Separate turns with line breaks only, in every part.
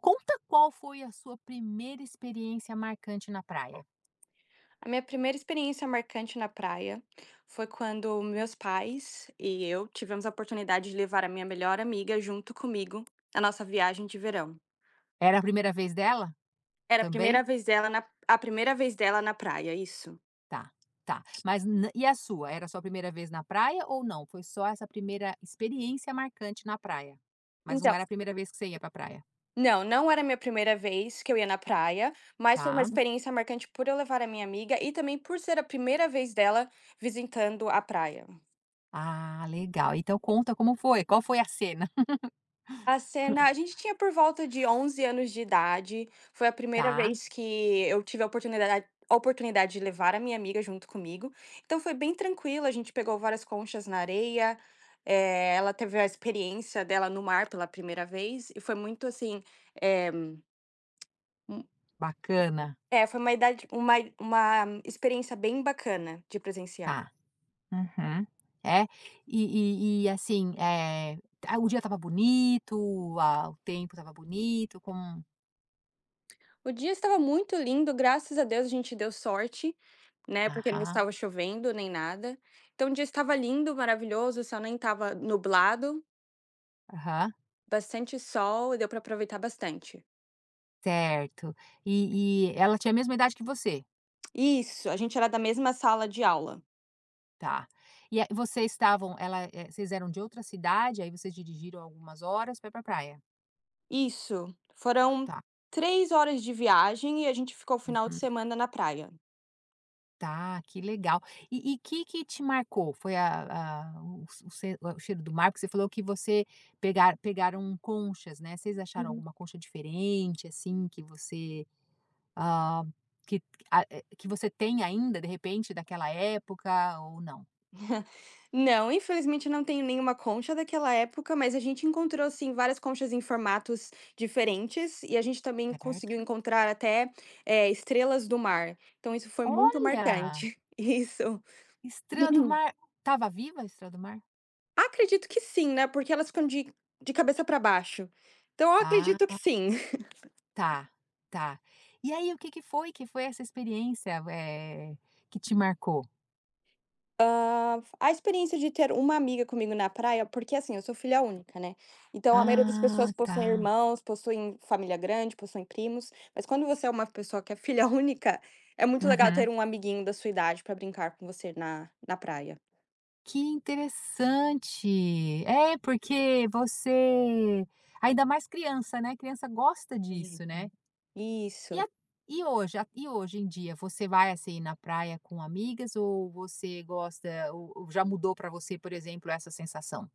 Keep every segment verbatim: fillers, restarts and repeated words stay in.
Conta qual foi a sua primeira experiência marcante na praia.
A minha primeira experiência marcante na praia foi quando meus pais e eu tivemos a oportunidade de levar a minha melhor amiga junto comigo na nossa viagem de verão.
Era a primeira vez dela
Era a
também?
primeira vez dela na A primeira vez dela na praia, isso.
Tá, tá. Mas n e a sua? Era a sua primeira vez na praia ou não? Foi só essa primeira experiência marcante na praia, mas não
Então,
era a primeira vez que você ia pra praia?
não, não era a minha primeira vez que eu ia na praia, mas foi uma
Tá.
experiência marcante por eu levar a minha amiga e também por ser a primeira vez dela visitando a praia.
Ah, legal. Então conta como foi, qual foi a cena?
A cena a gente tinha por volta de onze anos de idade, foi a primeira
Tá,
vez que eu tive a oportunidade a oportunidade de levar a minha amiga junto comigo, então foi bem tranquilo, a gente pegou várias conchas na areia, eh, ela teve a experiência dela no mar pela primeira vez e foi muito assim, eh, hum,
bacana.
é, foi uma idade uma uma experiência bem bacana de presenciar.
Tá. Uhum. É. E e e assim, eh, ah, o dia estava bonito, a o tempo estava bonito, como
O dia estava muito lindo, graças a Deus a gente deu sorte, né, porque não
aham.
estava chovendo nem nada. Então o dia estava lindo, maravilhoso, o céu nem estava nublado,
Aham,
bastante sol e deu para aproveitar bastante.
certo. E e ela tinha a mesma idade que você?
Isso, a gente era da mesma sala de aula.
Tá. E a Vocês estavam ela, eh, vocês eram de outra cidade, aí vocês dirigiram algumas horas para ir pra praia?
Isso, foram
Tá.
três horas de viagem e a gente ficou o final de
Uhum.
semana na praia.
Tá, que legal. E e que que te marcou? Foi a a o o ce o cheiro do mar? Porque você falou que você pegar pegaram conchas, né. Vocês acharam alguma concha diferente, assim, que você, hã, que a eh, que você tem ainda, de repente, daquela época ou não?
Não, infelizmente eu não tenho nenhuma concha daquela época, mas a gente encontrou assim várias conchas em formatos diferentes e a gente também
Certo.
conseguiu encontrar até, eh, estrelas do mar. Então isso foi muito
Olha!
marcante. Isso.
Estrela do mar, estava viva a estrela do mar?
Acredito que sim, né, porque elas ficam de de cabeça para baixo. Então eu
Ah,
acredito que sim.
tá, tá. E aí, o que que foi que foi essa experiência, eh, que te marcou?
A experiência de ter uma amiga comigo na praia, porque assim, eu sou filha única, né. Então a maioria das
Ah,
pessoas possuem
tá.
irmãos, possuem família grande, possuem primos, mas quando você é uma pessoa que é filha única, é muito legal
Uhum.
ter um amiguinho da sua idade pra brincar com você na na praia.
Que interessante. É, porque você ainda mais criança, né, criança gosta
Entendi.
disso, né. E
Isso.
a e hoje a e hoje em dia, você vai, assim, na praia com amigas, ou você gosta, ou ou já mudou pra você, por exemplo, essa sensação?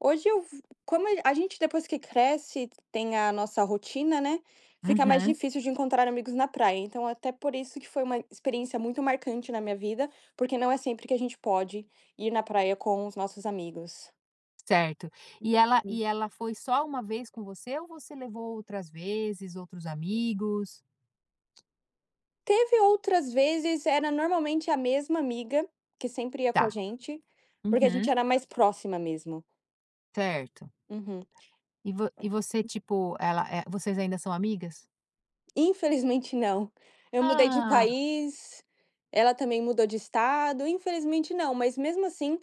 Hoje eu v como a gente depois que cresce, tem a nossa rotina, né, fica mais
Uhum.
difícil de encontrar amigos na praia, então até por isso que foi uma experiência muito marcante na minha vida, porque não é sempre que a gente pode ir na praia com os nossos amigos.
Certo. E ela e ela foi só uma vez com você, ou você levou outras vezes, outros amigos?
Teve outras vezes, era normalmente a mesma amiga, que sempre ia com a
Tá.
gente, porque a gente
Uhum.
era mais próxima mesmo.
Certo.
Uhum.
E vo e você, tipo, ela eh, vocês ainda são amigas?
Infelizmente não. Eu mudei de
Ah,
país, ela também mudou de estado, infelizmente não, mas mesmo assim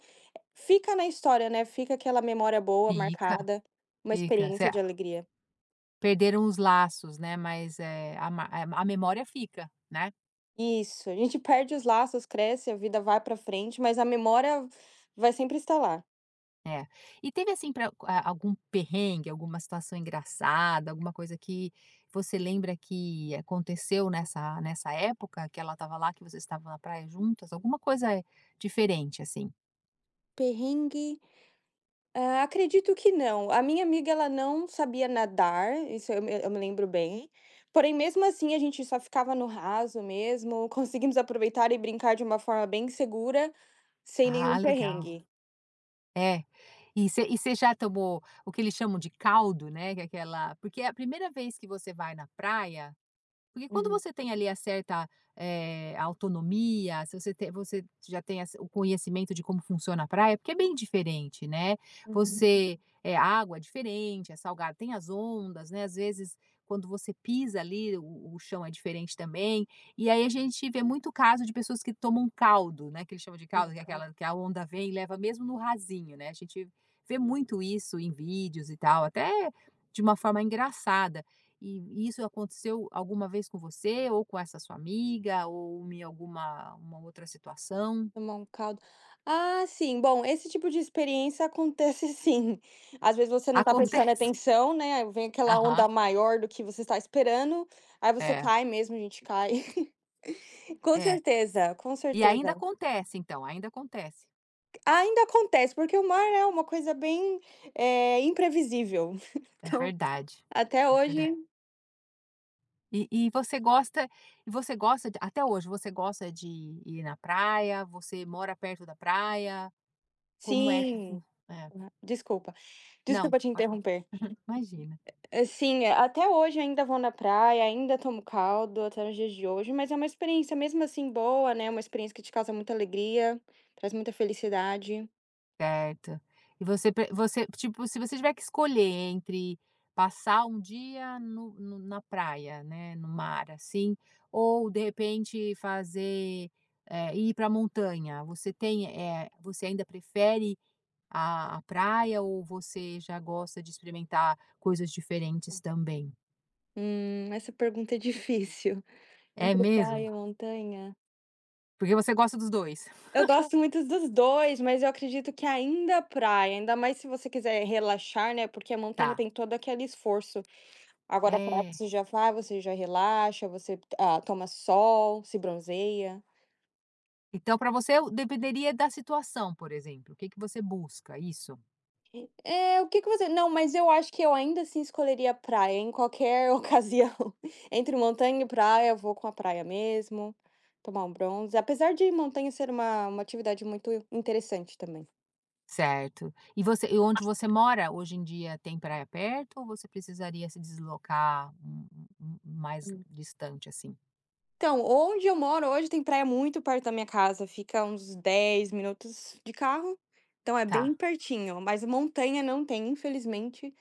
fica na história, né, fica aquela memória boa
fica,
marcada, uma
fica. Você,
experiência de alegria.
perderam os laços, né, mas, é a ma eh, a memória fica, né?
Isso, a gente perde os laços, cresce, a vida vai pra frente, mas a memória vai sempre estar lá.
É. E teve assim, para algum perrengue, alguma situação engraçada, alguma coisa que você lembra que aconteceu nessa nessa época que ela estava lá, que vocês estavam na praia juntas, alguma coisa eh, diferente assim?
Perrengue, ah, acredito que não. A minha amiga, ela não sabia nadar, isso eu me eu me lembro bem, porém mesmo assim a gente só ficava no raso mesmo, conseguimos aproveitar e brincar de uma forma bem segura, sem nenhum
Ah, legal.
perrengue.
É. E você já tomou o que eles chamam de caldo, né, que é aquela, porque é a primeira vez que você vai na praia. Porque quando
Uhum.
você tem ali a certa, eh, autonomia, se você te você já tem essa o conhecimento de como funciona a praia, porque é bem diferente, né.
Uhum.
Você é a água é diferente, é salgada, tem as ondas, né, às vezes quando você pisa ali, o o chão é diferente também, e aí a gente vê muito caso de pessoas que tomam caldo, né, que eles chamam de caldo, que é aquela que a onda vem e leva mesmo no rasinho, né. A gente vê muito isso em vídeos e tal, até de uma forma engraçada. E isso aconteceu alguma vez com você, ou com essa sua amiga, ou em alguma uma outra situação?
Tomar um caldo. Ah, sim. Bom, esse tipo de experiência acontece sim. Às vezes você não tá prestando
Acontece.
atenção, né, aí vem aquela
Aham.
onda maior do que você está esperando, aí você
É,
cai mesmo, a gente cai. Com
é.
certeza, com
E ainda
certeza.
acontece, então, ainda acontece.
Ainda acontece, porque o mar é uma coisa bem, é imprevisível.
É
Então,
verdade,
até
é verdade.
hoje
E e você gosta e você gosta, de até hoje, você gosta de ir na praia? Você mora perto da praia? Como é que fu
sim.
é.
Desculpa.
Não,
Desculpa te
pode falar.
interromper.
Imagina.
Assim, é, até hoje ainda vou na praia, ainda tomo caldo até os dias de hoje, mas é uma experiência mesmo assim boa, né, uma experiência que te causa muita alegria, traz muita felicidade.
Certo. E você pre você tipo, se você tiver que escolher entre passar um dia no no na praia, né, no mar, assim, ou de repente fazer, eh, ir para a montanha, você tem, eh, você ainda prefere a a praia, ou você já gosta de experimentar coisas diferentes também?
Hum, essa pergunta é difícil.
É
Entre
mesmo?
praia e montanha?
Porque você gosta dos dois,
Eu gosto muito dos dois mas eu acredito que ainda a praia, ainda mais se você quiser relaxar, né, porque a montanha
tá.
tem todo aquele esforço. Agora a praia
É.
você já vai, você já relaxa, você, ah, toma sol, se bronzeia.
Então para você dependeria da situação, por exemplo, o que que você busca, isso?
É, o que que você não, mas eu acho que eu ainda assim escolheria praia em qualquer ocasião. Entre montanha e praia, eu vou com a praia mesmo, tomar um bronze, apesar de montanha ser uma uma atividade muito interessante também.
Certo. E você e onde você mora hoje em dia tem praia perto, ou você precisaria se deslocar um um um um mais distante, assim?
Então, onde eu moro hoje tem praia muito perto da minha casa, fica uns dez minutos de carro, então é
Tá,
bem pertinho, mas montanha não tem, infelizmente,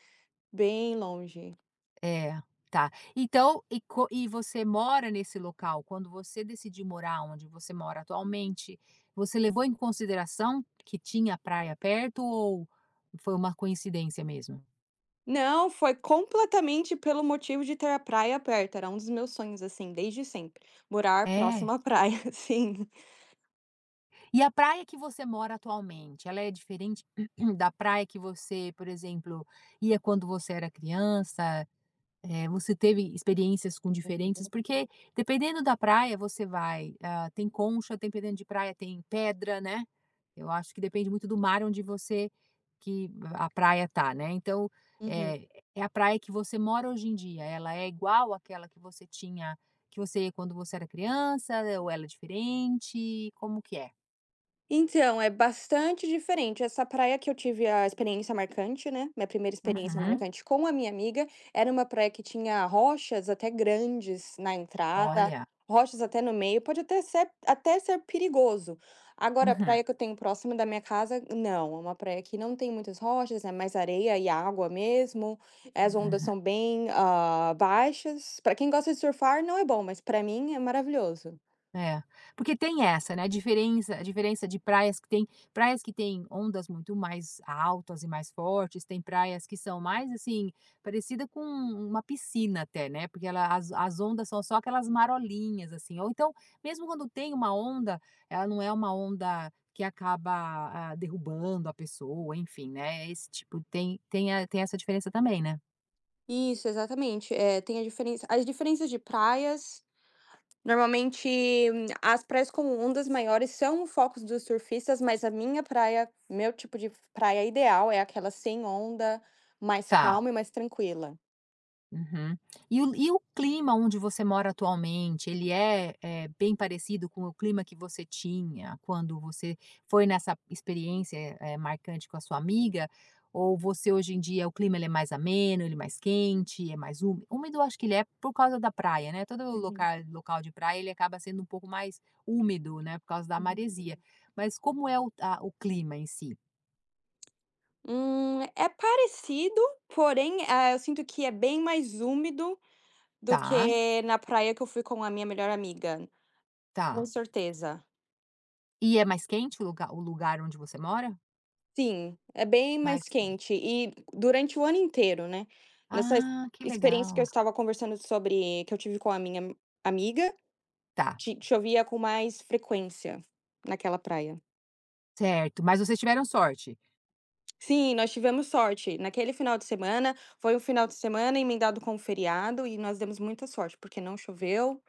bem longe.
é, tá. Então e co e você mora nesse local, quando você decidiu morar onde você mora atualmente, você levou em consideração que tinha praia perto, ou foi uma coincidência mesmo?
Não, foi completamente pelo motivo de ter a praia perto, era um dos meus sonhos, assim, desde sempre, morar
É.
próximo à praia, sim.
E a praia que você mora atualmente, ela é diferente da praia que você, por exemplo, ia quando você era criança? Eh, você teve experiências com diferentes, porque dependendo da praia você vai, ah, tem concha, tem dependendo de praia tem pedra, né. Eu acho que depende muito do mar onde você que a praia tá, né. Então,
Uhum.
eh, é a praia que você mora hoje em dia, ela é igual àquela que você tinha que você, quando você era criança, ou ela é diferente? Como que é?
Então, é bastante diferente. Essa praia que eu tive a experiência marcante, né, minha primeira experiência, aham,
Uhum.
marcante com a minha amiga, era uma praia que tinha rochas até grandes na entrada, olha,
Olha.
rochas até no meio, pode até ser até ser perigoso. Agora, a
Uhum,
praia que eu tenho próxima da minha casa, não, é uma praia que não tem muitas rochas, é mais areia e água mesmo, as ondas
uhum.
são bem, ah, baixas. Para quem gosta de surfar, não é bom, mas para mim é maravilhoso.
É, porque tem essa, né, a diferença a diferença de praias, que tem praias que têm ondas muito mais altas e mais fortes, tem praias que são mais, assim, parecida com uma piscina até, né, porque ela as as ondas são só aquelas marolinhas, assim, ou então, mesmo quando tem uma onda, ela não é uma onda que acaba, ah, derrubando a pessoa, enfim, né, esse tipo, tem tem a tem essa diferença também, né?
Isso, exatamente. Eh, tem a diferença as diferenças de praias, normalmente, hum, as praias com ondas maiores são o foco dos surfistas, mas a minha praia, meu tipo de praia ideal é aquela sem onda, mais
Tá.
calma e mais tranquila.
Uhum. E o e o clima onde você mora atualmente, ele é, eh, bem parecido com o clima que você tinha quando você foi nessa experiência, eh, marcante com a sua amiga? Ou você hoje em dia, o clima, ele é mais ameno, ele é mais quente, é mais úmido? Úmido eu acho que ele é por causa da praia, né, todo
Uhum,
loca local de praia ele acaba sendo um pouco mais úmido, né, por causa da
uhum.
maresia. Mas como é o a o clima em si?
Hum, é parecido, porém, ah, eu sinto que é bem mais úmido do
Tá,
que na praia que eu fui com a minha melhor amiga, com
tá.
certeza.
E é mais quente o lugar, o lugar onde você mora?
Sim, é bem
Mais
mais
quente.
quente e durante o ano inteiro, né. Nessa ex
Ah, que
experiência que eu
legal.
estava conversando sobre que eu tive com a minha amiga,
Tá,
ti chovia com mais frequência naquela praia.
certo, mas vocês tiveram sorte.
Sim, nós tivemos sorte. Naquele final de semana, foi um final de semana emendado com um feriado e nós demos muita sorte, porque não choveu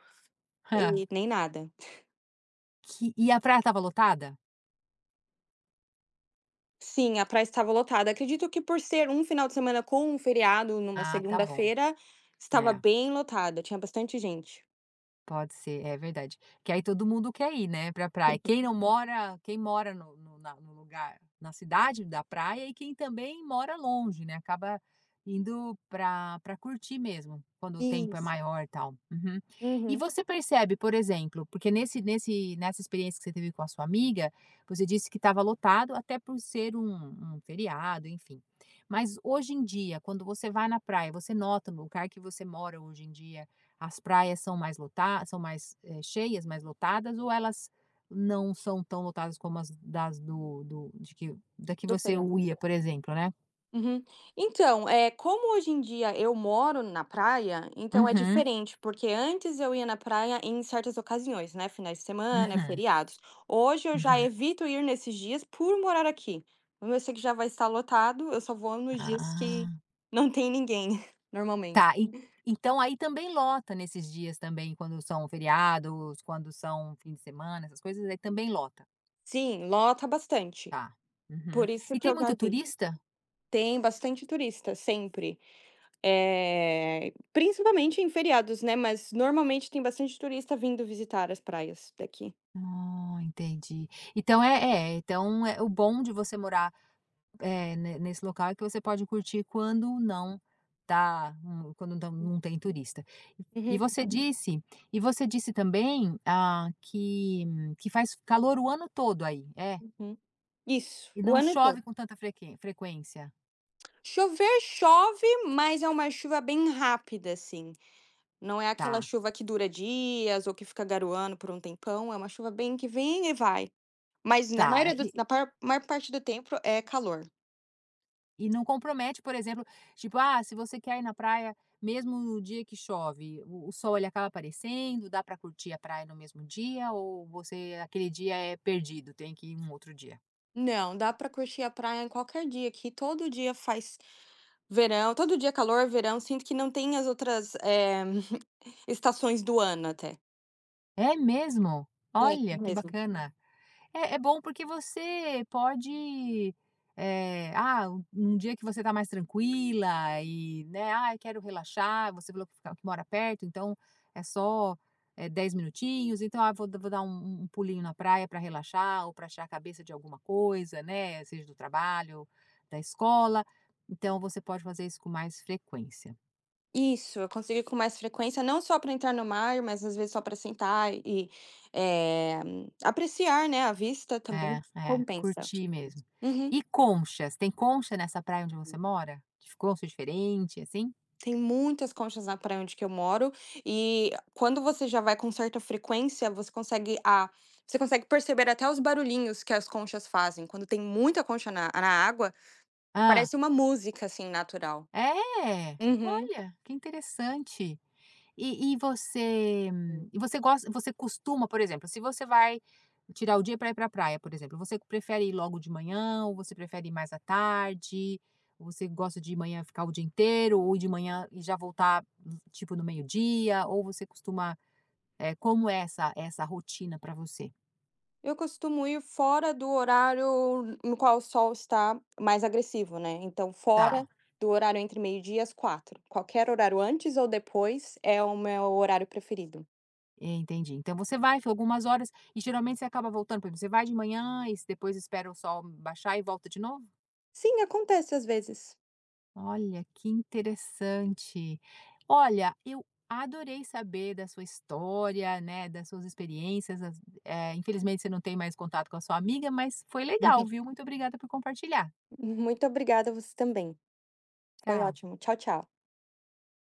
Hã.
e nem nada.
Que E a praia estava lotada?
Sim, a praia estava lotada. Acredito que por ser um final de semana com um feriado numa
Ah, tá bom.
segunda-feira, estava
É.
bem lotada, tinha bastante gente.
Pode ser, é verdade. Que aí todo mundo quer ir, né, pra praia. Quem não mora quem mora no no na no lugar, na cidade da praia, e quem também mora longe, né, acaba indo pra pra curtir mesmo, quando o tempo é
Isso.
maior, e tal. Uhum. E
Uhum,
você percebe, por exemplo, porque nesse nesse nessa experiência que você teve com a sua amiga, você disse que estava lotado, até por ser um um feriado, enfim. Mas hoje em dia, quando você vai na praia, você nota no lugar que você mora hoje em dia, as praias são mais lotadas são mais, eh, cheias, mais lotadas, ou elas não são tão lotadas como as das, do do de que da que
do
você
feriado.
ia, por exemplo, né?
Uhum. Então, é como hoje em dia eu moro na praia, então é
Uhum,
diferente, porque antes eu ia na praia em certas ocasiões, né, finais de semana,
uhum,
feriados. Hoje eu já
uhum.
evito ir nesses dias por morar aqui. Como eu sei que já vai estar lotado, eu só vou nos dias que
Ah,
não tem ninguém, normalmente.
tá. E então aí também lota nesses dias também, quando são feriados, quando são fim de semana, essas coisas, aí também lota?
Sim, lota bastante.
Tá. Uhum.
Por isso
E
que
tem
eu já
muito
vi.
turista?
Tem bastante turista, sempre. Eh, principalmente em feriados, né, mas normalmente tem bastante turista vindo visitar as praias daqui.
Ah, entendi. Então é é, então é o bom de você morar. É, ne nesse local que você pode curtir quando não tá, hum, quando não não tem turista. E
Uhum,
você Hum. disse e você disse também, ah, que que faz calor o ano todo aí, é?
uhum. Isso,
E
o
não
ano
chove
todo.
com tanta frequen frequência.
Chover, chove, mas é uma chuva bem rápida, assim. Não é aquela
Tá,
chuva que dura dias ou que fica garoando por um tempão, é uma chuva bem que vem e vai. Mas na
tá. E
maioria do
que
na par maior parte do tempo é calor.
e não compromete, por exemplo, tipo, ah, se você quer ir na praia mesmo no dia que chove, o o sol ele acaba aparecendo, dá para curtir a praia no mesmo dia, ou você aquele dia é perdido, tem que ir um outro dia?
Não, dá pra curtir a praia em qualquer dia, aqui todo dia faz verão, todo dia é calor, verão, sinto que não tem as outras, eh, estações do ano até.
É mesmo?
E é aqui
Olha, que
mesmo.
bacana. É é bom porque você pode, eh, ah, um um dia que você tá mais tranquila e, né, "Ai, quero relaxar", você falou que fica que mora perto, então é só, eh, dez minutinhos, então, "Ah, vou da vou dar um um pulinho na praia para relaxar ou para achar a cabeça de alguma coisa", né, seja do trabalho, da escola. Então você pode fazer isso com mais frequência.
Isso, eu consigo ir com mais frequência, não só para entrar no mar, mas às vezes só para sentar e, eh, apreciar, né, a vista também
É, é,
compensa.
curtir mesmo.
Uhum.
E conchas, tem concha nessa praia onde você mora? De concha diferente, assim?
Tem muitas conchas na praia onde que eu moro, e quando você já vai com certa frequência, você consegue a você consegue perceber até os barulhinhos que as conchas fazem. Quando tem muita concha na na água,
Ah,
parece uma música, assim, natural.
é?
Uhum.
Olha, que interessante. E e você
Hum.
hum, e você gosta você costuma, por exemplo, se você vai tirar o dia para ir para a praia, por exemplo, você prefere ir logo de manhã, ou você prefere ir mais à tarde? Ou você gosta de ir manhã, ficar o dia inteiro, ou ir de manhã e já voltar, tipo, no meio-dia? Ou você costuma, eh, como é essa essa rotina para você?
Eu costumo ir fora do horário no qual o sol está mais agressivo, né, então, tá, fora
Tá,
do horário entre meio-dia e às quatro. Qualquer horário antes ou depois é o meu horário preferido.
entendi. Então você vai, fica algumas horas, e geralmente você acaba voltando, por exemplo, você vai de manhã e depois espera o sol baixar e volta de novo?
Sim, acontece às vezes.
Olha, que interessante. Olha, eu adorei saber da sua história, né, das suas experiências. As- eh, infelizmente você não tem mais contato com a sua amiga, mas foi legal, viu? Muito obrigada por compartilhar.
Muito obrigada, você também. Foi
Tchau.
ótimo. Tchau, tchau.